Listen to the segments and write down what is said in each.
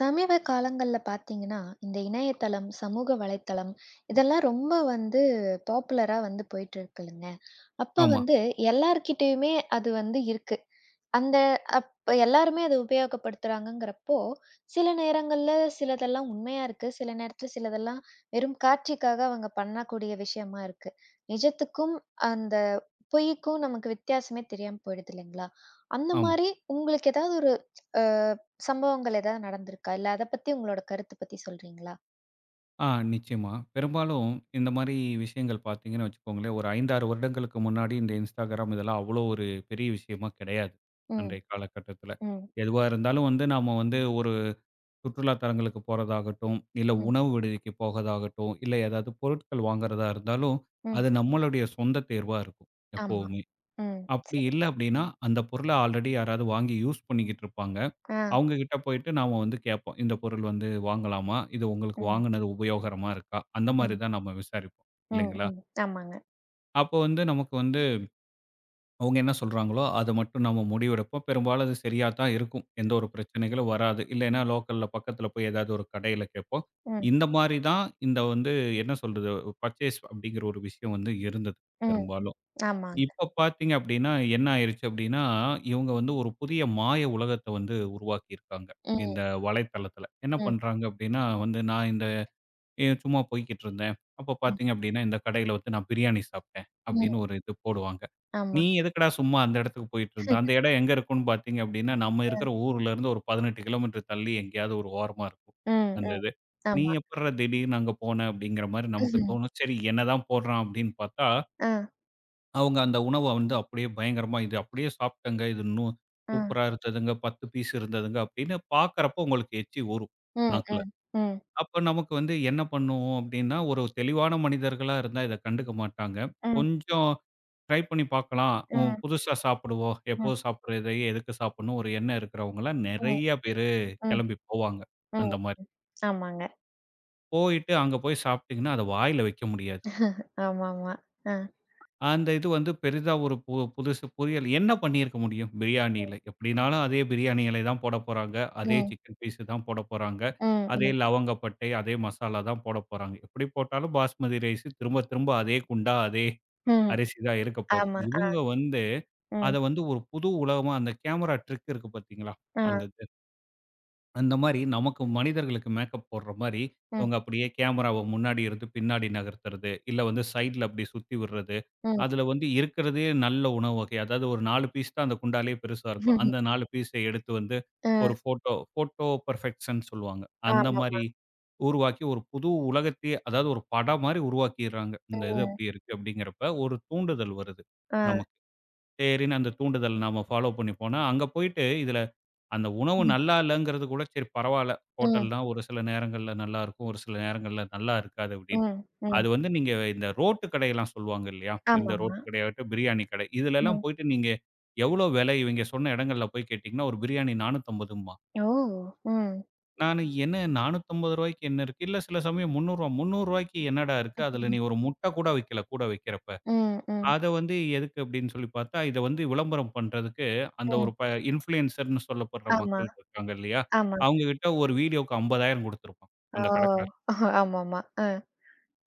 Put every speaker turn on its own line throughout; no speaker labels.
சமீப காலங்கள்ல பார்த்தீங்கன்னா, இந்த இணையதளம், சமூக வலைத்தளம் இதெல்லாம் ரொம்ப வந்து பாப்புலரா வந்து போயிட்டுருக்குல்லுங்க. அப்ப
ஆமா,
வந்து எல்லார்கிட்டயுமே அது வந்து இருக்கு. அந்த அப் எல்லாருமே அத உபயோகப்படுத்துறாங்கங்கிறப்போ, சில நேரங்கள்ல சிலதெல்லாம் உண்மையா இருக்கு. சில நேரத்துல சிலதெல்லாம் வெறும் காட்சிக்காக அவங்க பண்ணக்கூடிய விஷயமா இருக்கு. நிஜத்துக்கும் அந்த பொய்க்கும் நமக்கு வித்தியாசமே தெரியாம போயிடுது இல்லைங்களா? அந்த
ஆமா.
மாரி உங்களுக்கு ஏதாவது ஒரு அ சம்பவங்கள் ஏதாவது நடந்திருக்கா? இல்ல அத பத்தி உங்களோட கருத்து பத்தி சொல்றீங்களா?
ஆ நிச்சயமா. பெரும்பாலும் இந்த மாரி விஷயங்கள் பார்த்தீங்கன்னு வச்சுக்கோங்களேன், ஒரு 5, 6 வருடங்களுக்கு முன்னாடி இந்த Instagram இதெல்லாம் அவ்வளோ ஒரு பெரிய விஷயமா கிடையாது.
ம்,
அன்றைய காலகட்டத்தில.
ம்,
எதுவா இருந்தாலும் வந்து நாம வந்து ஒரு சுற்றுலா தலங்களுக்கு போறதாகட்டும், இல்ல
ம்,
உணவு விடுதிக்கு போகதாகட்டும், இல்ல ஏதாவது பொருட்கள் வாங்குறதா இருந்தாலும்,
ம்.
அது நம்மளுடைய சொந்த தேர்வா இருக்கும்
ஆமா.
எப்பவுமே.
ம்.
அப்படி
சரி.
இல்ல அப்படின்னா, அந்த பொருள ஆல்ரெடி யாராவது வாங்கி யூஸ் பண்ணிக்கிட்டு இருப்பாங்க.
ஆ.
அவங்க கிட்ட போயிட்டு நாம வந்து கேட்போம். இந்த பொருள் வந்து வாங்கலாமா? இது உங்களுக்கு
ம்,
வாங்குனது உபயோகரமா இருக்கா? அந்த மாரி
ம்,
தான் நம்ம விசாரிப்போம்
ம்,
இல்லைங்களா?
ம். ஆமாங்க.
அப்போ வந்து நமக்கு வந்து அவங்க என்ன சொல்றாங்களோ, அத மட்டும் நம்ம முடிவெடுப்போம். பெரும்பாலும் அது சரியா தான் இருக்கும். எந்த ஒரு பிரச்சனைகளும் வராது. இல்லைன்னா லோக்கல்ல பக்கத்துல போய் ஏதாவது ஒரு கடையில கேட்போம்.
ம்,
இந்த மாரி தான் இந்த வந்து என்ன சொல்றது பர்ச்சேஸ் அப்படிங்கிற ஒரு விஷயம் வந்து இருந்தது
ம்.
பெரும்பாலும்.
ஆமாங்க.
இப்ப பார்த்தீங்க அப்படின்னா, என்ன ஆயிருச்சு அப்படின்னா, இவங்க வந்து ஒரு புதிய மாய உலகத்த வந்து உருவாக்கியிருக்காங்க.
ம்,
இந்த வலைத்தளத்தில. என்ன
ம்,
பண்றாங்க அப்படின்னா, வந்து நான் இந்த ஏன் சும்மா போய்க்கிட்டு இருந்தேன். அப்ப
ம்,
பார்த்தீங்க அப்படின்னா, இந்த கடையில வந்து நான் பிரியாணி சாப்பிட்டேன்
ம்.
அப்படின்னு ஒரு இது போடுவாங்க. நீ
ஆமா.
எதுக்குடா சும்மா அந்த இடத்துக்கு போயிட்டு இருந்த? அந்த இடம் எங்க இருக்கும்னு பார்த்தீங்க அப்படின்னா, நம்ம
அ.
இருக்கிற ஊர்ல இருந்து ஒரு 18 கிலோமீட்டர் தள்ளி எங்கேயாவது ஒரு ஓரமா இருக்கும்.
ம்,
அந்த
ம்.
இது. நீ
ஆமா.
எப்புட்றா திடீர்னு அங்க போன அப்படிங்கிற மாரி நமக்கு தோணும். சரி என்னதான் போடுறான் அப்படின்னு பார்த்தா
அ,
அவங்க அந்த உணவ வந்து அப்படியே பயங்கரமா, "இது அப்படியே சாப்பிட்டேங்க. இது இன்னும்
அ.
சூப்பரா இருந்ததுங்க. 10 பீஸ் இருந்ததுங்க." அப்படின்னு பார்க்கறப்போ உங்களுக்கு எச்சி ஊறும்
ம்,
நாக்குல.
ம், ம்,
அப்ப நமக்கு வந்து என்ன பண்ணுவோம் அப்படின்னா, ஒரு தெளிவான மனிதர்களா இருந்தா இத கண்டுக்க மாட்டாங்க.
ம், ம், ம்,
கொஞ்சம் ட்ரை பண்ணி பார்க்கலாம். "ஓ புதுசா சாப்பிடுவோம்.
ம், ம்,
எப்போதும் சாப்பிடுறதையே எதுக்கு சாப்பிடணும்?" ஒரு எண்ணம் இருக்கிறவங்கலாம் நெறைய பேரு கிளம்பி போவாங்க,
ம்.
அந்த மாரி.
ஆமாங்க.
போயிட்டு அங்க போய் சாப்பிட்டீங்கன்னா, அத வாயில வைக்க முடியாது.
ஆமாமா. அ.
அந்த இது வந்து பெரிதா ஒரு புதுசு புரியல் என்ன பண்ணியிருக்க முடியும்? பிரியாணியில. எப்படினாலும் அதே பிரியாணி இலை தான் போடப் போறாங்க. அதே
ம்,
சிக்கன் பீஸு தான் போடப் போறாங்க.
ம்,
அதே
ம்,
லவங்க பட்டை, அதே மசாலா தான் போடப் போறாங்க. எப்படி போட்டாலும் பாஸ்மதி ரைஸு திரும்ப திரும்ப அதே குண்டா, அதே
ம்.
அரிசி தான் இருக்கப் போகுது.
ஆமா. ஆ.
இவங்க வந்து
ம்.
அத வந்து ஒரு புது உலகமா அந்த கேமரா ட்ரிக் இருக்கு பார்த்தீங்களா?
ஆ.
அந்த அந்த மாரி நமக்கு மனிதர்களுக்கு மேக்கப் போடுற மாரி,
ம்,
இவங்க அப்படியே கேமராவ முன்னாடி இருந்து பின்னாடி நகர்த்துறது, இல்ல வந்து சைட்ல அப்படி சுத்தி விடுறது.
ம்.
அதுல வந்து இருக்கிறதே நல்ல உணவு வகை. அதாவது ஒரு 4 பீஸ் தான் அந்த குண்டாலயே பெருசா இருக்கும். அந்த 4 பீஸ எடுத்து வந்து
அ.
ஒரு ஃபோட்டோ ஃபோட்டோ பெர்ஃபெக்ஷன்னு சொல்லுவாங்க. அந்த
ஆமா.
மாரி உருவாக்கி ஒரு புது உலகத்தையே அதாவது ஒரு படம் மாரி உருவாக்கிர்றாங்க. இந்த இது
ம்.
அப்படி இருக்கு அப்படிங்கிறப்ப ஒரு தூண்டுதல் வருது
ஆ.
நமக்கு. சரின்னு அந்த தூண்டுதல் நாம ஃபாலோ பண்ணி போனா, அங்க போயிட்டு இதுல அந்த உணவு
ம்.
நல்லா இல்லங்கிறது கூட சரி பரவால்ல.
ம்.
ஹோட்டல்னா ஒரு சில நேரங்கள்ல நல்லாருக்கும். ஒரு சில நேரங்கள்ல நல்லா இருக்காது அப்படின்னு.
ம். ம்.
அது வந்து நீங்க இந்த ரோட்டு கடையெல்லாம் சொல்லுவாங்க இல்லையா? இந்த ரோட்டு
ஆமாமா.
கடையாகட்டும், பிரியாணி கடை. இதுலலாம்
ம்.
போயிட்டு நீங்க எவ்வளோ விலை இவங்க சொன்ன இடங்கள்ல போய் கேட்டீங்கன்னா, ஒரு பிரியாணி 450
ஓ! ம்.
நானு என்ன ரூ. 450 என்ன இருக்கு? இல்ல சில சமயம் ரூ. 300 ரூ. 300 என்னடா இருக்கு? அதுல
ம்.
நீ ஒரு முட்டை கூட வைக்கல கூட வைக்கிறப்ப.
ம்.
அத வந்து எதுக்கு அப்படின்னு சொல்லி பார்த்தா, இத வந்து விளம்பரம் பண்றதுக்கு அந்த
ம்.
ஒரு ப இன்ஃப்ளூயன்சர்ன்னு சொல்லப்படுற
ஆமா,
மக்கள் இருக்காங்க இல்லையா?
ஆமா.
அவங்க கிட்ட ஒரு வீடியோக்கு 50,000 குடுத்திருப்பான், அந்த
ஓ!
கடைக்காரன்.
ஆமாமா. அ.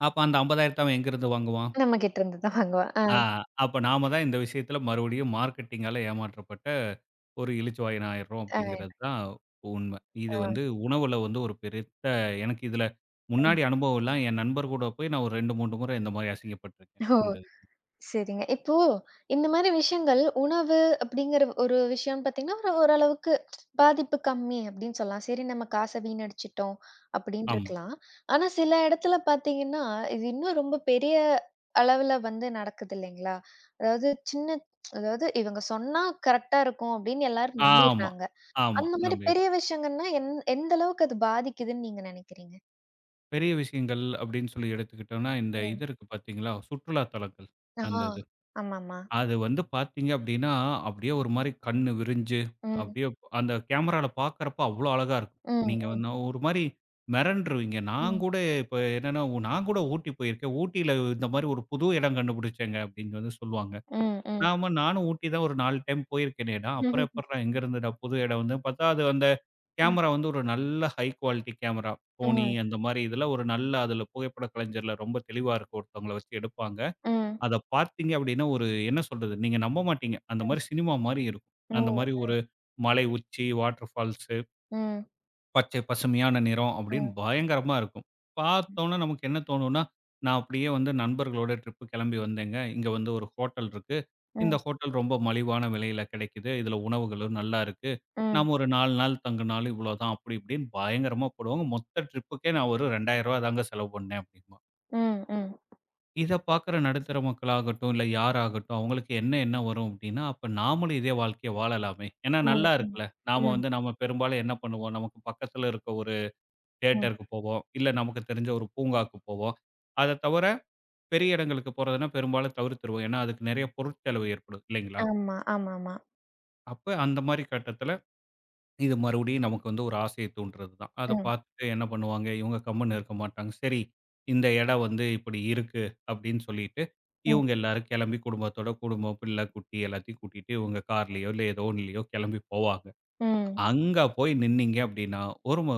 அப்ப அந்த 50,000த்த அவன் எங்கிருந்து வாங்குவான்?
நம்மகிட்ட இருந்து தான் வாங்குவா. ஆ.
ஆ அப்ப நாம தான் இந்த விஷயத்துல மறுபடியும் மார்க்கெட்டிங்கால ஏமாற்றப்பட்ட ஒரு இளிச்சவாயன் ஆயிடுறோம்
ஆ.
அப்படிங்கிறது தான் உண்மை. இது
ஆ.
வந்து உணவுல வந்து ஒரு பெருத்த எனக்கு இதுல
ம்.
முன்னாடி அனுபவம் இல்ல. என் நண்பர் கூட போய் நான் ஒரு 2, 3 முறை இந்த மாரி அசிங்கப்பட்டுருக்கேன்.
ஓ!
இந்த
சரிங்க. இப்போ இந்த மாரி விஷயங்கள் உணவு அப்படிங்கிற ஒரு விஷயம் பார்த்தீங்கன்னா, ஒரு ஓரளவுக்கு பாதிப்பு கம்மி அப்படின்னு சொல்லலாம். சரி நம்ம காச வீணடிச்சுட்டோம் அப்படின்னு
ஆமா,
இருக்கலாம். ஆனா சில இடத்துல பார்த்தீங்கன்னா, இது இன்னும் ரொம்ப பெரிய அளவுல வந்து நடக்குது இல்லைங்களா? அதாவது சின்ன அதாவது இவங்க சொன்னா கரெக்ட்டா இருக்கும் அப்படின்னு எல்லாரும்
ஆமா,
நம்பிடுறாங்க.
ஆமா.
அந்த மாரி
நம்ப
பெரிய விஷயங்கன்னா எந்த அளவுக்கு அது பாதிக்குதுன்னு நீங்க நினைக்கிறீங்க?
பெரிய விஷயங்கள் அப்படின்னு சொல்லி எடுத்துக்கிட்டோம்னா, இந்த
ம்.
இது இருக்கு பார்த்தீங்களா? சுற்றுலா தலங்கள்
ஆ.
அந்த இது.
ஆமாமா.
அது வந்து பார்த்தீங்க அப்படின்னா, அப்படியே ஒரு மாரி கண்ணு விரிஞ்சு,
ம்.
அப்படியே அந்த கேமரால பார்க்கறப்ப அவ்வளோ அழகா இருக்கும். நீங்க
ம்.
வந்து ஒரு மாரி மிரண்டுருவீங்க. நான்
ம்.
கூட இப்ப என்னன்னா, நான் கூட ஊட்டி போயிருக்கேன். ஊட்டியில இந்த மாரி ஒரு புது இடம் கண்டுபிடிச்சேங்க அப்படின்னு வந்து சொல்லுவாங்க.
ம். ம்.
நாம நானும் ஊட்டி தான் ஒரு 4 டைம் போயிருக்கேனேடா, அப்புறம்
ம்
எப்புட்றா எங்க இருந்துடா புது இடம் வந்து பார்த்தா, அது அந்த
ம்
கேமரா வந்து ஒரு நல்ல high quality camera. Sony
Ừm,
அந்த மாரி இதுல ஒரு நல்ல அதுல புகைப்படக் கலைஞர்ல ரொம்ப தெளிவா இருக்கும். ஒருத்தவங்கள வச்சு எடுப்பாங்க.
ừm,
அத பார்த்தீங்க அப்டின்னா, ஒரு என்ன சொல்றது? நீங்க நம்ப மாட்டீங்க. அந்த மாரி சினிமா மாரி இருக்கும். அந்த
ừm,
மாரி ஒரு மலை உச்சி, வாட்டர் ஃபால்ஸ்
ம், ம்,
பச்சை பசுமையான நிறம் அப்படின்னு
ம்,
பயங்கரமா இருக்கும். பார்த்தோன்ன நமக்கு என்ன தோணும்னா, நான் அப்படியே வந்து நண்பர்களோட ட்ரிப் கிளம்பி வந்தேங்க. இங்க வந்து ஒரு ஹோட்டல் இருக்கு. இந்த
ம்,
ஹோட்டல் ரொம்ப மலிவான விலையில கிடைக்குது. இதுல உணவுகளும் நல்லா இருக்கு.
ம்,
நாம ஒரு 4 நாள் தங்குனாலும் இவ்வளோதான் அப்படி இப்படின்னு பயங்கரமா போடுவாங்க. மொத்த ட்ரிப்புக்கே நான் ஒரு ரூ. 2000 தாங்க செலவு பண்ணேன் அப்படிம்பான்.
ம், ம், ம்,
இத பார்க்குற நடுத்தர மக்களாகட்டும், இல்ல யாராகட்டும் அவங்களுக்கு என்ன எண்ண வரும் அப்படின்னா, அப்ப நாமளும் இதே வாழ்க்கைய வாழலாமே. ஏன்னா
ம்,
நல்லா இருக்குல்ல. நாம
ம்,
வந்து நாம பெரும்பாலும் என்ன பண்ணுவோம், நமக்கு பக்கத்துல இருக்க
ம்.
தியேட்டருக்கு போவோம். இல்ல நமக்கு தெரிஞ்ச ஒரு பூங்காக்கு போவோம். அத தவிர பெரிய இடங்களுக்கு போறதுன்னா பெரும்பாலும் தவிர்த்துருவோம். ஏன்னா, அதுக்கு நெறைய பொருட்செலவு ஏற்படும் இல்லைங்களா?
ஆமா, ஆமாமா.
அப்ப அந்த மாரி கட்டத்துல இது மறுபடியும் நமக்கு வந்து ஒரு ஆசைய தூண்டுறது தான். அத
ம்,
பார்த்துட்டு என்ன பண்ணுவாங்க, இவங்க கம்முன்னு இருக்க மாட்டாங்க. சரி இந்த இடம் வந்து இப்படி இருக்கு அப்படின்னு சொல்லிட்டு,
ம்,
இவங்க எல்லாரும் கிளம்பி குடும்பத்தோட குடும்பம், பிள்ளை, குட்டி எல்லாத்தையும் கூட்டிட்டு இவங்க கார்லயோ, இல்ல ஏதோ ஒண்ணுலயோ கிளம்பி போவாங்க.
ம்,
அங்க போய் நின்னீங்க அப்படின்னா, ஒரு ம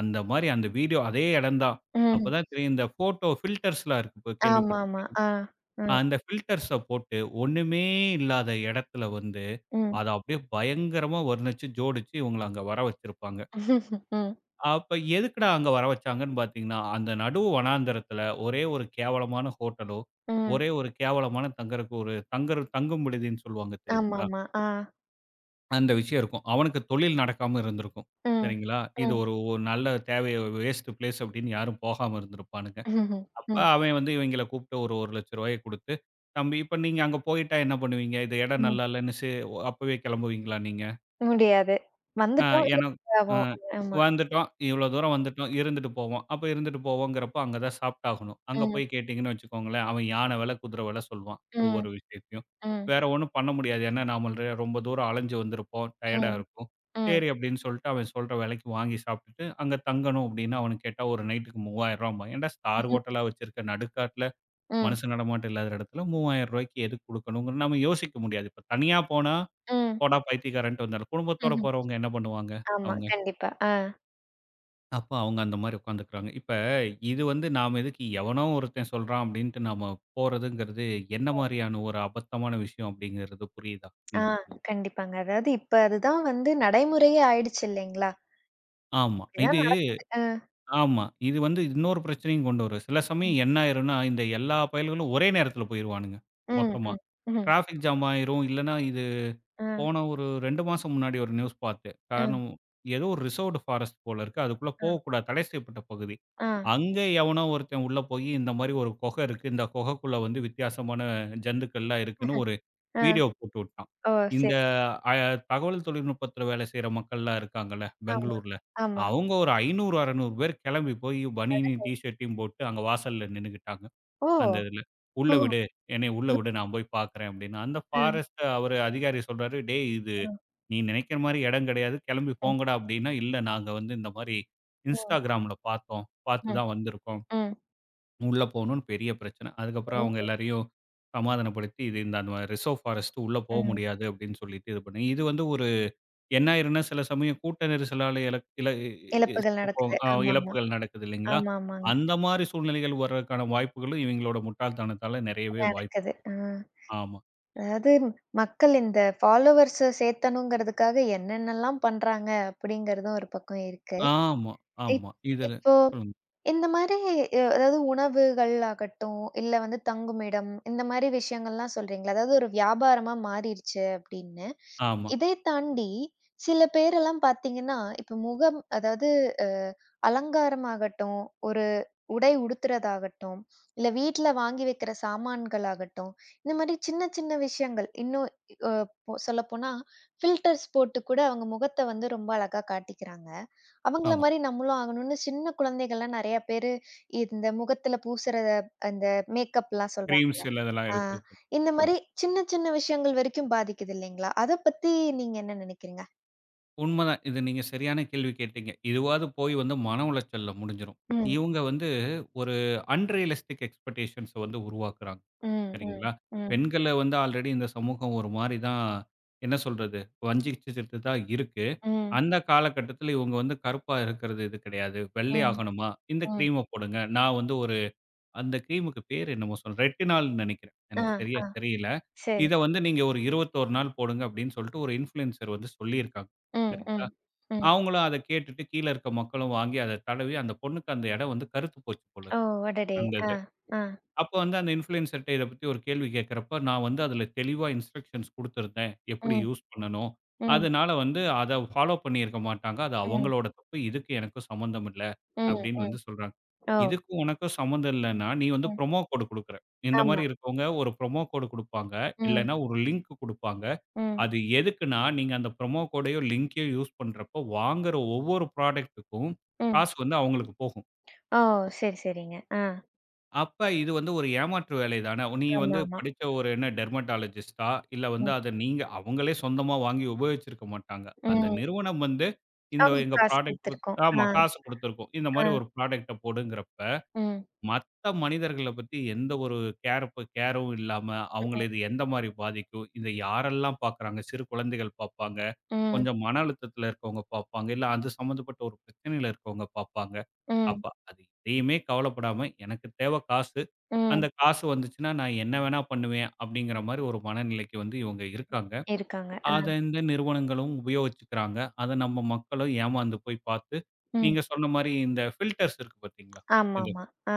அந்த மாரி அந்த வீடியோ அதே இடம் தான்.
ம்.
அப்பதான் தெரியும் இந்த ஃபோட்டோ ஃபில்டர்ஸ்லாம் இருக்கு இப்ப
ஆமாமா.
கேள்விப்பட்டிருப்பீங்க.
ஆ, ம்,
அந்த ஃபில்டர்ஸ போட்டு ஒண்ணுமே இல்லாத இடத்துல வந்து,
ம்,
அத அப்படியே பயங்கரமா வர்ணிச்சு, ஜோடிச்சு இவங்கள அங்க வர வச்சிருப்பாங்க.
ம்,
அப்ப எதுக்குடா அங்க வர வச்சாங்கன்னு பார்த்தீங்கன்னா, அந்த நடு வனாந்தரத்துல ஒரே ஒரு கேவலமான ஹோட்டலோ,
ம்.
ஒரே ஒரு கேவலமான தங்கறக்கு ஒரு தங்கற தங்கும் விடுதின்னு சொல்லுவாங்க தெரியுங்களா?
ஆமாமா. ஆ,
அந்த விஷயம் இருக்கும். அவனுக்கு தொழில் நடக்காம இருந்திருக்கும்.
ம்,
சரிங்களா? இது
ம்,
ஒரு ஒரு நல்ல தேவைய வேஸ்ட் பிளேஸ் அப்படின்னு யாரும் போகாம இருந்திருப்பானுங்க. அப்ப
ம்,
அவன் வந்து இவைங்கள கூப்பிட்டு ஒரு ரூ. 1,00,000 குடுத்து, "தம்பி இப்ப நீங்க அங்க போயிட்டா என்ன பண்ணுவீங்க? இது இடம்
ம்.
நல்லா இல்லன்னு" அப்பவே கிளம்புவீங்களா நீங்க?
முடியாது.
ஆ
வந்துட்டோம். இது
ஏன்னா அ
ஆகும். ஆமா.
வந்துட்டோம். இவ்வளோ தூரம் வந்துட்டோம். இருந்துட்டு போவோம். அப்ப இருந்துட்டு போவோங்கிறப்போ அங்க தான் சாப்பிட்டாகணும். அங்க
ம்,
போய் கேட்டீங்கன்னு வச்சுக்கோங்களேன், அவன் யானை விலை, குதிரை விலை சொல்வான்.
ம்,
ஒவ்வொரு விஷயத்தையும்.
ம்,
வேற ஒண்ணும் பண்ண முடியாது. ஏன்னா நாம ரொம்ப தூரம் அலைஞ்சு வந்திருப்போம்.
ம்,
டயர்டா
ம்,
இருக்கும்.
ம்,
சரி அப்படின்னு சொல்லிட்டு அவன் சொல்ற விலைக்கு வாங்கி சாப்பிட்டுட்டு, அங்க தங்கணும் அப்படின்னு அவன கேட்டா ஒரு நைட்டுக்கு ரூ. 3000 ஏன்டா ஸ்டார் ஹோட்டலா வச்சிருக்க நடுக்காட்டுல, மனுஷ நடமாட்டம் இல்லாத இடத்துல ரூ. 3000க்கு எதுக்கு குடுக்கணும்னு நம்ம யோசிக்க முடியாது. இப்ப தனியா போனா
ம்,
போடா பைத்தியக்காரன்ட்டு வந்தாலும், குடும்பத்தோட
ம்ஹ்ம்.
போறவங்க என்ன பண்ணுவாங்க
ஆமா,
அவங்க?
கண்டிப்பா. ஆ.
அப்ப அவங்க அந்த மாரி உட்காந்துக்கிறாங்க. இப்ப இது வந்து நாம எதுக்கு எவனோ ஒருத்தன் சொல்றான் அப்டின்ட்டு நாம போறதுங்கிறது என்ன மாரியான ஒரு அபத்தமான விஷயம் அப்டிங்கிறது புரியுதா இந்த
ஆ,
இடத்துல?
கண்டிப்பாங்க. அதாவது இப்ப அதுதான் வந்து நடைமுறையே ஆயிடுச்சு இல்லைங்களா?
ஆமா.
இப்படிதான்
இது
நடக்குது. அ.
ஆமா. இது வந்து இன்னொரு பிரச்சனையும் கொண்டு வரும். சில
ம்.
சமயம் என்ன ஆயிரும்னா, இந்த எல்லா பயல்களும் ஒரே நேரத்துல போயிருவானுங்க
ம்.
மொத்தமா.
ம்.
டிராஃபிக் ஜாம் ஆயிரும். இல்லன்னா இது
அ.
போன ஒரு 2 மாசம் முன்னாடி ஒரு நியூஸ் பார்த்தேன்.
அ.
காரணம் ஏதோ ஒரு ரிசர்வ்டு ஃபாரஸ்ட் போல இருக்கு. அதுக்குள்ள
அ.
போகக்கூடாது. தடை செய்யப்பட்ட பகுதி.
அ.
அங்க எவனோ ஒருத்தன் உள்ள போயி இந்த மாரி ஒரு குகை இருக்கு. இந்த குகைக்குள்ள வந்து வித்தியாசமான ஜந்துக்கள்லாம் இருக்குன்னு ஒரு
அ.
வீடியோ போட்டு விட்டான்.
ஓ! சரி.
இந்த அ தகவல் தொழில்நுட்பத்தில வேலை செய்ற மக்கள்லாம் இருக்காங்கல்ல,
ஆமா.
பெங்களூர்ல.
ஆமா.
அவங்க ஒரு 500, 600 பேர் கிளம்பி போய் பனியனையும்,
அடடே!
டீ ஷர்ட்டையும் போட்டு அங்க வாசல்ல நின்னுகிட்டாங்க. அந்த
ஓ!
இதுல. "உள்ள
ஓ!
விடு. என்னைய உள்ள
ஓ,
விடு. நான் போய் பார்க்குறேன்" அப்படின்னு. அந்த
ம்.
ஃபாரஸ்ட் அவரு அதிகாரி சொல்றாரு, "டேய் இது
ம்.
நீ நினைக்கிற மாரி இடம் கிடையாது. கிளம்பி
ம்.
போங்கடா" அப்படின்னா, "இல்ல நாங்க வந்து இந்த மாரி
ம்.
Instagramல பார்த்தோம். பார்த்து
ம்.
தான் வந்திருக்கோம்.
ம்.
உள்ள போகணும்னு" பெரிய பிரச்சனை. அதுக்கப்புறம்
ஓ!
அவங்க எல்லாரையும் சமாதானப்படுத்தி, "இது இந்த அந்த ரிசர்வ் ஃபாரஸ்ட் உள்ள போ
ம்.
முடியாது" அப்படின்னு சொல்லிட்டு இது பண்ணி இது வந்து ஒரு என்ன ஆயிரும்னா, சில சமயம் கூட்ட நெரிசலால இல இல
இழப்புகள்
செத்துப்போம்
நடக்குது. ஆமாமா.
இழப்புகள் நடக்குது இல்லைங்களா?
ஆமாமாங்க.
அந்த மாரி சூழ்நிலைகள் வர்றதுக்கான வாய்ப்புகளும் இவங்களோட முட்டாள்தனத்தால நெறையவே வாய்ப்பு.
நடக்குது. அ.
ஆமா,
அதாவது மக்கள் இந்த ஃபாலோவர்ஸ சேத்தணுங்கிறதுக்காக என்னென்னலாம் பண்றாங்க அப்படிங்கிறதும் ஒரு பக்கம் இருக்கு.
ஆமா,
இப்
ஆமா. இதுல
இப்போ
சொல்லுங்க.
இந்த மாரி அதாவது உணவுகள் ஆகட்டும், இல்ல வந்து தங்குமிடம், இந்த மாரி விஷயங்கள்லாம் சொல்றீங்கல்ல, அதாவது ஒரு வியாபாரமா மாறிருச்சு அப்படின்னு.
ஆமா,
இதை தாண்டி சில பேரெல்லாம் பார்த்தீங்கன்னா, இப்ப முகம் அதாவது அ அலங்காரமாகட்டும், ஒரு உடை உடுத்துறதாகட்டும், இல்ல வீட்ல வாங்கி வைக்கிற சாமான்கள் ஆகட்டும், இந்த மாரி சின்ன சின்ன விஷயங்கள் இன்னும் அ போ சொல்லப்போனா ஃபில்டர்ஸ் போட்டு கூட அவங்க முகத்த வந்து ரொம்ப அழகா காட்டிக்கிறாங்க. அவங்கள
ஆமா.
மாரி நம்மளும் ஆகணும்னு சின்ன குழந்தைகள்லாம் நெறைய பேரு இந்த முகத்துல பூசுற அந்த மேக்கப்லாம் சொல்றாங்க.
கிரீம்ஸ் சில இதெல்லாம்
ஆ
எடுத்து பண்
இந்த
ம்.
மாரி சின்ன சின்ன விஷயங்கள் வரைக்கும் பாதிக்குது இல்லைங்களா? அத பத்தி நீங்க என்ன நெனைக்கிறீங்க?
உண்மதான். இது நீங்க சரியான கேள்வி கேட்டீங்க. இதுவாவது போய் வந்து மன உளைச்சல்ல முடிஞ்சிரும்.
ம்,
இவங்க வந்து ஒரு அன்ரியலிஸ்டிக் எக்ஸ்பெக்டேஷன்ஸ வந்து உருவாக்குறாங்க.
ம், ம்,
சரிங்களா?
ம்,
பெண்கள வந்து ஆல்ரெடி இந்த சமூகம் ஒரு மாரி தான் என்ன சொல்றது? வஞ்சிச்சுட்டு தான் இருக்கு.
ம்,
அந்த காலகட்டத்தில இவங்க வந்து கருப்பா இருக்கிறது இது கிடையாது. வெள்ளை
ம்,
ஆகணுமா? இந்த
ம்.
கிரீம போடுங்க. நான் வந்து ஒரு அந்த கிரீமுக்கு பேர் என்னமோ சொல் ரெட்டினால்ன்னு நெனைக்கிறேன்.
ஆ,
எனக்கு சரியா
ஆ.
தெரியல.
சரி.
இத வந்து நீங்க ஒரு 21 நாள் போடுங்க அப்படின்னு சொல்லிட்டு ஒரு இன்ஃப்ளூயன்சர் வந்து சொல்லியிருக்காங்க.
ம்,
சரிங்களா?
ம், ம்.
அவங்களும் அத கேட்டுட்டு கீழ இருக்க மக்களும் வாங்கி அத தடவி அந்த பொண்ணுக்கு அந்த இடம் வந்து கருத்து போச்சு போல
ஓ!
இருக்கு.
அடடே!
அந்த
ஆ, ஆ.
அப்ப வந்து அந்த இன்ஃப்ளூயன்சர்ட்ட இத பத்தி ஒரு கேள்வி கேட்கிறப்ப, நான் வந்து அதுல தெளிவா இன்ஸ்ட்ரக்ஷன்ஸ் குடுத்திருந்தேன். எப்படி
ம்,
யூஸ் பண்ணணும்?
ம்,
அதனால வந்து அத ஃபாலோ பண்ணியிருக்க மாட்டாங்க. அது
ம்,
அவங்களோட தப்பு. இதுக்கு எனக்கும் சம்மந்தம் இல்ல.
ம்,
அப்படின்னு
ம்.
வந்து சொல்றாங்க.
ஓ!
இதுக்கும் உனக்கும் சம்மந்தம் இல்லன்னா, நீ வந்து
ம்.
ப்ரொமோ கோடு குடுக்குற. இந்த
ஆமா.
மாரி இருக்கவங்க ஒரு ப்ரொமோ கோடு குடுப்பாங்க.
ம்,
இல்லன்னா ஒரு லிங்க் குடுப்பாங்க.
ம்,
அது எதுக்குன்னா, நீங்க அந்த ப்ரொமோ கோடையோ, லிங்கையோ யூஸ் பண்றப்போ, வாங்குற ஒவ்வொரு ப்ராடக்ட்டுக்கும்
ம்.
காசு வந்து அவங்களுக்கு போகும்.
ஓ! சரி, சரிங்க. ஆ.
அப்ப இது வந்து ஒரு ஏமாற்று வேலை தானே! நீ வந்து
ஆமாமா.
படிச்ச ஒரு என்ன டெர்மடாலஜிஸ்ட்டா? இல்ல வந்து
ம்,
அத நீங்க அவங்களே சொந்தமா வாங்கி உபயோகிச்சிருக்க மாட்டாங்க. அந்த
ம்.
நிறுவனம் வந்து இந்த எங்க
அவங்களுக்கு காசு
ப்ராடக்ட்
குடுத்துருக்கோம். ஆ,
ஆமா காசு குடுத்துருக்கும். இந்த
ஆ.
மாரி ஒரு ப்ராடக்ட்ட போடுங்கிறப்ப,
ம்.
மத்த மனிதர்கள பத்தி எந்த ஒரு கேர் ப கேரும் இல்லாம, அவங்கள
ம்.
இது எந்த மாரி பாதிக்கும்? இத யாரெல்லாம் பார்க்குறாங்க? சிறு குழந்தைகள் பார்ப்பாங்க.
ம்.
கொஞ்சம் மன அழுத்தத்தில இருக்கவங்க பார்ப்பாங்க. இல்ல அது சம்மந்தப்பட்ட ஒரு பிரச்சனையில இருக்கவங்க பார்ப்பாங்க. அப்ப
ம்.
அது எதையுமே கவலைப்படாம எனக்கு தேவை காசு.
ம்.
அந்த காசு வந்துச்சுன்னா நான் என்ன வேணா பண்ணுவேன் அப்படிங்கிற மாரி ஒரு மனநிலைக்கு வந்து இவங்க இருக்காங்க.
இருக்காங்க.
அத
ஆ.
இந்த நிறுவனங்களும் உபயோகிச்சுக்கிறாங்க. அத நம்ம மக்களும் ஏமாந்து போய் பார்த்து,
ம்.
நீங்க சொன்ன மாரி இந்த ஃபில்டர்ஸ் இருக்கு பார்த்தீங்களா? இது
ஆமாமா. ஆ.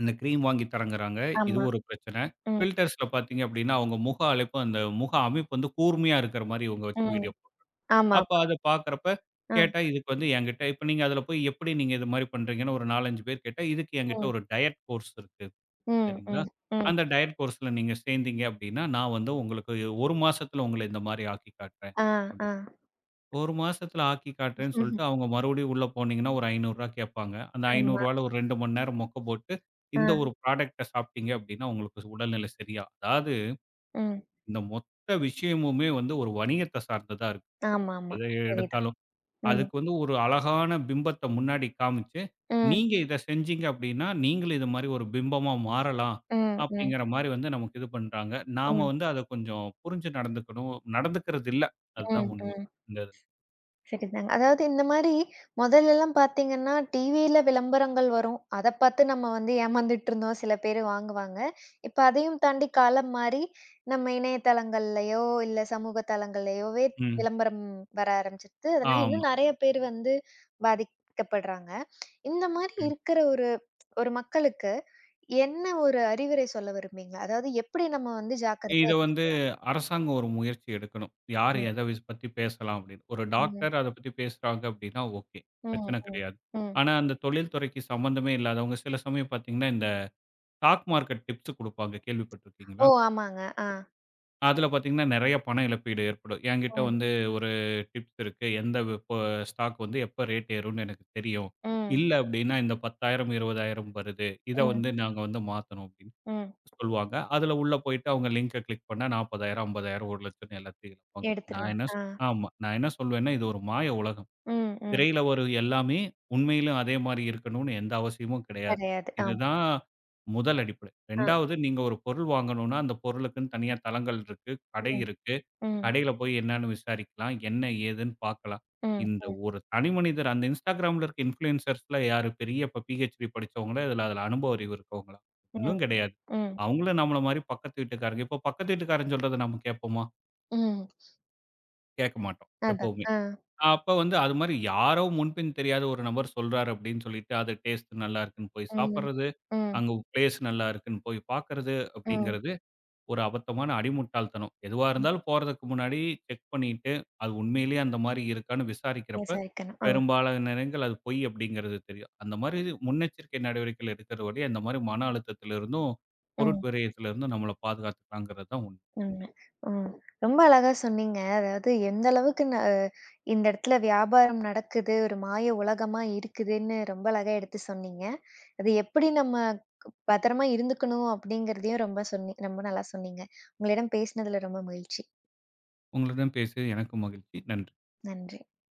இந்த கிரீம் வாங்கி தரங்குறாங்க. இது
ஆமா.
ஒரு பிரச்சனை.
ம்.
ஃபில்டர்ஸ்ல பார்த்தீங்க அப்படின்னா, அவங்க முக அழைப்பு அந்த முக அமைப்பு வந்து கூர்மையா இருக்கிற மாரி இவங்க வச்சு
ம்.
வீடியோ அப்ப
ஆமாமா.
அத பார்க்குறப்ப,
ஆ.
கேட்டா இதுக்கு வந்து என்கிட்ட இப்ப நீங்க அதுல போய் எப்படி நீங்க இது மாரி பண்றீங்கன்னு ஒரு 4, 5 பேர் கேட்டா, இதுக்கு என்கிட்ட
ம்.
ஒரு டயட் கோர்ஸ் இருக்கு.
ம்.
சரிங்களா?
ம். ம்.
அந்த டயட் கோர்ஸ்ல நீங்க சேர்ந்தீங்க அப்படின்னா, நான் வந்து உங்களுக்கு 1 மாசத்துல உங்கள இந்த மாரி ஆக்கி காட்டுறேன்.
ஆ,
அப்
ஆ.
1 மாசத்துல ஆக்கி காட்டுறேன்னு சொல்லிட்டு, அவங்க மறுபடியும் உள்ள போனீங்கன்னா ஒரு ரூ. 500 கேட்பாங்க. அந்த ரூ. 500
ஆமா.
ஒரு 2 மணி நேரம் மொக்க போட்டு,
ஆ.
இந்த ஒரு ப்ராடக்ட்ட சாப்பிட்டீங்க அப்படின்னா, உங்களுக்கு உடல்நிலை சரியா அதாவது
ம்.
இந்த மொத்த விஷயமுமே வந்து ஒரு வணிகத்த சார்ந்ததா இருக்கு.
ஆமாமா.
எத
சரிதான்.
எடுத்தாலும்.
ம்.
அதுக்கு வந்து ஒரு அழகான பிம்பத்த முன்னாடி காமிச்சு,
ம்.
நீங்க இத செஞ்சீங்க அப்டின்னா, நீங்களும் இது மாரி ஒரு பிம்பமா மாறலாம்.
ம். ம்.
அப்டிங்கிற மாரி வந்து நமக்கு இது பண்றாங்க. நாம
ம்.
வந்து அத கொஞ்சம் புரிஞ்சு நடந்துக்கணும். நடந்துக்கிறது இல்ல.
ம்.
அதுதான் உண்மை.
ம்.
இந்த இதுல.
சரிதாங்க. அதாவது இந்த மாரி மொதல்லலாம் பார்த்தீங்கன்னா, டிவியில விளம்பரங்கள் வரும். அத பார்த்து நம்ம வந்து ஏமாந்துட்டுருந்தோம். சில பேரு வாங்குவாங்க. இப்ப அதையும் தாண்டி காலம் மாறி, நம்ம இணையதளங்கள்லயோ, இல்ல சமூக தளங்கள்லயோவே
ம்.
விளம்பரம் வர ஆரம்பிச்சிருது. அதனால
ஆமா.
இன்னும் நெறைய பேர் வந்து பாதிக்கப்படுறாங்க. இந்த மாரி
ம்.
இருக்கிற ஒரு ஒரு மக்களுக்கு என்ன ஒரு அறிவுரை சொல்ல விரும்பீங்க? அதாவது எப்படி நம்ம வந்து
இத
ஜாக்கிரதையா
வந்து
இருந்துக்கணும்?
அரசாங்கம் ஒரு முயற்சி எடுக்கணும். யார்
ம்.
எத பத்தி பேசலாம் அப்டின்னு. ஒரு
ம்.
டாக்டர் அத பத்தி பேசுறாங்க அப்டின்னா ஓகே.
ம்.
பிரச்சன
ம்.
கிடையாது.
ம்.
ஆனா அந்த தொழில்துறைக்கு சம்மந்தமே இல்லாதவங்க சில சமயம் பார்த்தீங்கன்னா, இந்த ஸ்டாக் மார்க்கெட் டிப்ஸ் குடுப்பாங்க.
ஓ!
கேள்விப்பட்டுருக்கீங்களா?
ஆமாங்க. ஆ.
அதில பார்த்தீங்கன்னா, நெறைய பண இழப்பீடு ஏற்படும். என்கிட்ட
ம்.
வந்து ஒரு டிப்ஸ் இருக்கு. எந்த இப்போ ஸ்டாக் வந்து எப்ப ரேட் ஏறும்னு எனக்கு தெரியும்.
ம்.
இல்ல அப்டின்னா, இந்த 10,000 20,000 வருது. இத
ம்.
வந்து நாங்க வந்து மாத்தணும் அப்டின்னு
ம்.
சொல்லுவாங்க. அதில உள்ள போயிட்டு அவங்க லிங்க கிளிக் பண்ணா 40,000 50,000 1,00,000ன்னு எல்லாத்தையும் இழப்பாங்க. நான்
எடுத்துருவேன்.
என்ன
ஆ.
ஆமா. நான் என்ன சொல்வேன்னா, இது ஒரு மாய உலகம்.
ம், ம்.
திரையில வரும் எல்லாமே உண்மையிலும் அதே மாரி இருக்கணும்னு எந்த அவசியமும் கிடையாது.
கிடையாது. ஆமா.
இதுதான் முதல் அடிப்படை.
ஆ.
2வது நீங்க ஒரு பொருள் வாங்கணும்னா, அந்த பொருளுக்குன்னு தனியா தளங்கள் இருக்கு, கடை
ம்,
இருக்கு.
ம்,
கடையில போய் என்னன்னு விசாரிக்கலாம். என்ன ஏதுன்னு பார்க்கலாம்.
ம்,
இந்த
ம்,
ஒரு தனி மனிதர் அந்த Instagramல இருக்க இன்ஃப்ளூயன்சர்ஸ்லாம் யாரு? பெரிய இப்ப பிஹெச்டி படிச்சவங்களா? இல்ல அதுல அனுபவ அறிவு இருக்கவங்களா?
ம்,
ஒண்ணும் கிடையாது.
ம், ம்,
அவங்களும் நம்மள மாரி பக்கத்து வீட்டுக்காரங்க. இப்போ பக்கத்து வீட்டுக்காரன் சொல்றத நம்ம கேட்போமா?
ம்.
கேட்க மாட்டோம்
அதான்.
எப்பவுமே.
ஆ.
அப்ப வந்து அது மாரி யாரோ முன்பின் தெரியாத ஒரு நபர் சொல்றாரு அப்படின்னு சொல்லிட்டு, அது டேஸ்ட் நல்லா இருக்குன்னு போய்
ம்,
சாப்பிடுறது,
ம்,
அங்க பிளேஸ் நல்லா இருக்குன்னு போய் பார்க்கறது
ம்,
அப்படிங்கிறது ஒரு அபத்தமான அடிமுட்டாள்தனம். எதுவா
ம்.
இருந்தாலும் போறதுக்கு முன்னாடி செக் பண்ணிட்டு, அது உண்மையிலேயே அந்த மாரி இருக்கான்னு விசாரிக்கிறப்ப,
விசாரிக்கணும். ஆ.
பெரும்பாலான நேரங்கள் அது பொய் அப்படிங்கிறது தெரியும். அந்த மாரி முன்னெச்சரிக்கை நடவடிக்கைகள் எடுக்கிற வழியா இந்த மாரி மன அழுத்தத்திலிருந்தும், பொருட்
ம்.
விரயத்திலிருந்தும் நம்மள பாதுகாத்துக்கலாங்கிறது தான் உண்மை.
உண்மை. ம். ரொம்ப அழகா சொன்னீங்க. அதாவது எந்த அளவுக்கு இந்த இடத்துல வியாபாரம் நடக்குது, ஒரு மாய உலகமா இருக்குதுன்னு ரொம்ப அழகா எடுத்து சொன்னீங்க. அது எப்படி நம்ம பத்திரமா இருந்துக்கணும் அப்படிங்கிறதையும் ரொம்ப ரொம்ப நல்லா சொன்னீங்க. உங்களிடம் பேசினதுல ரொம்ப மகிழ்ச்சி.
உங்களுடன் பேசியது எனக்கும் மகிழ்ச்சி. நன்றி.
நன்றி.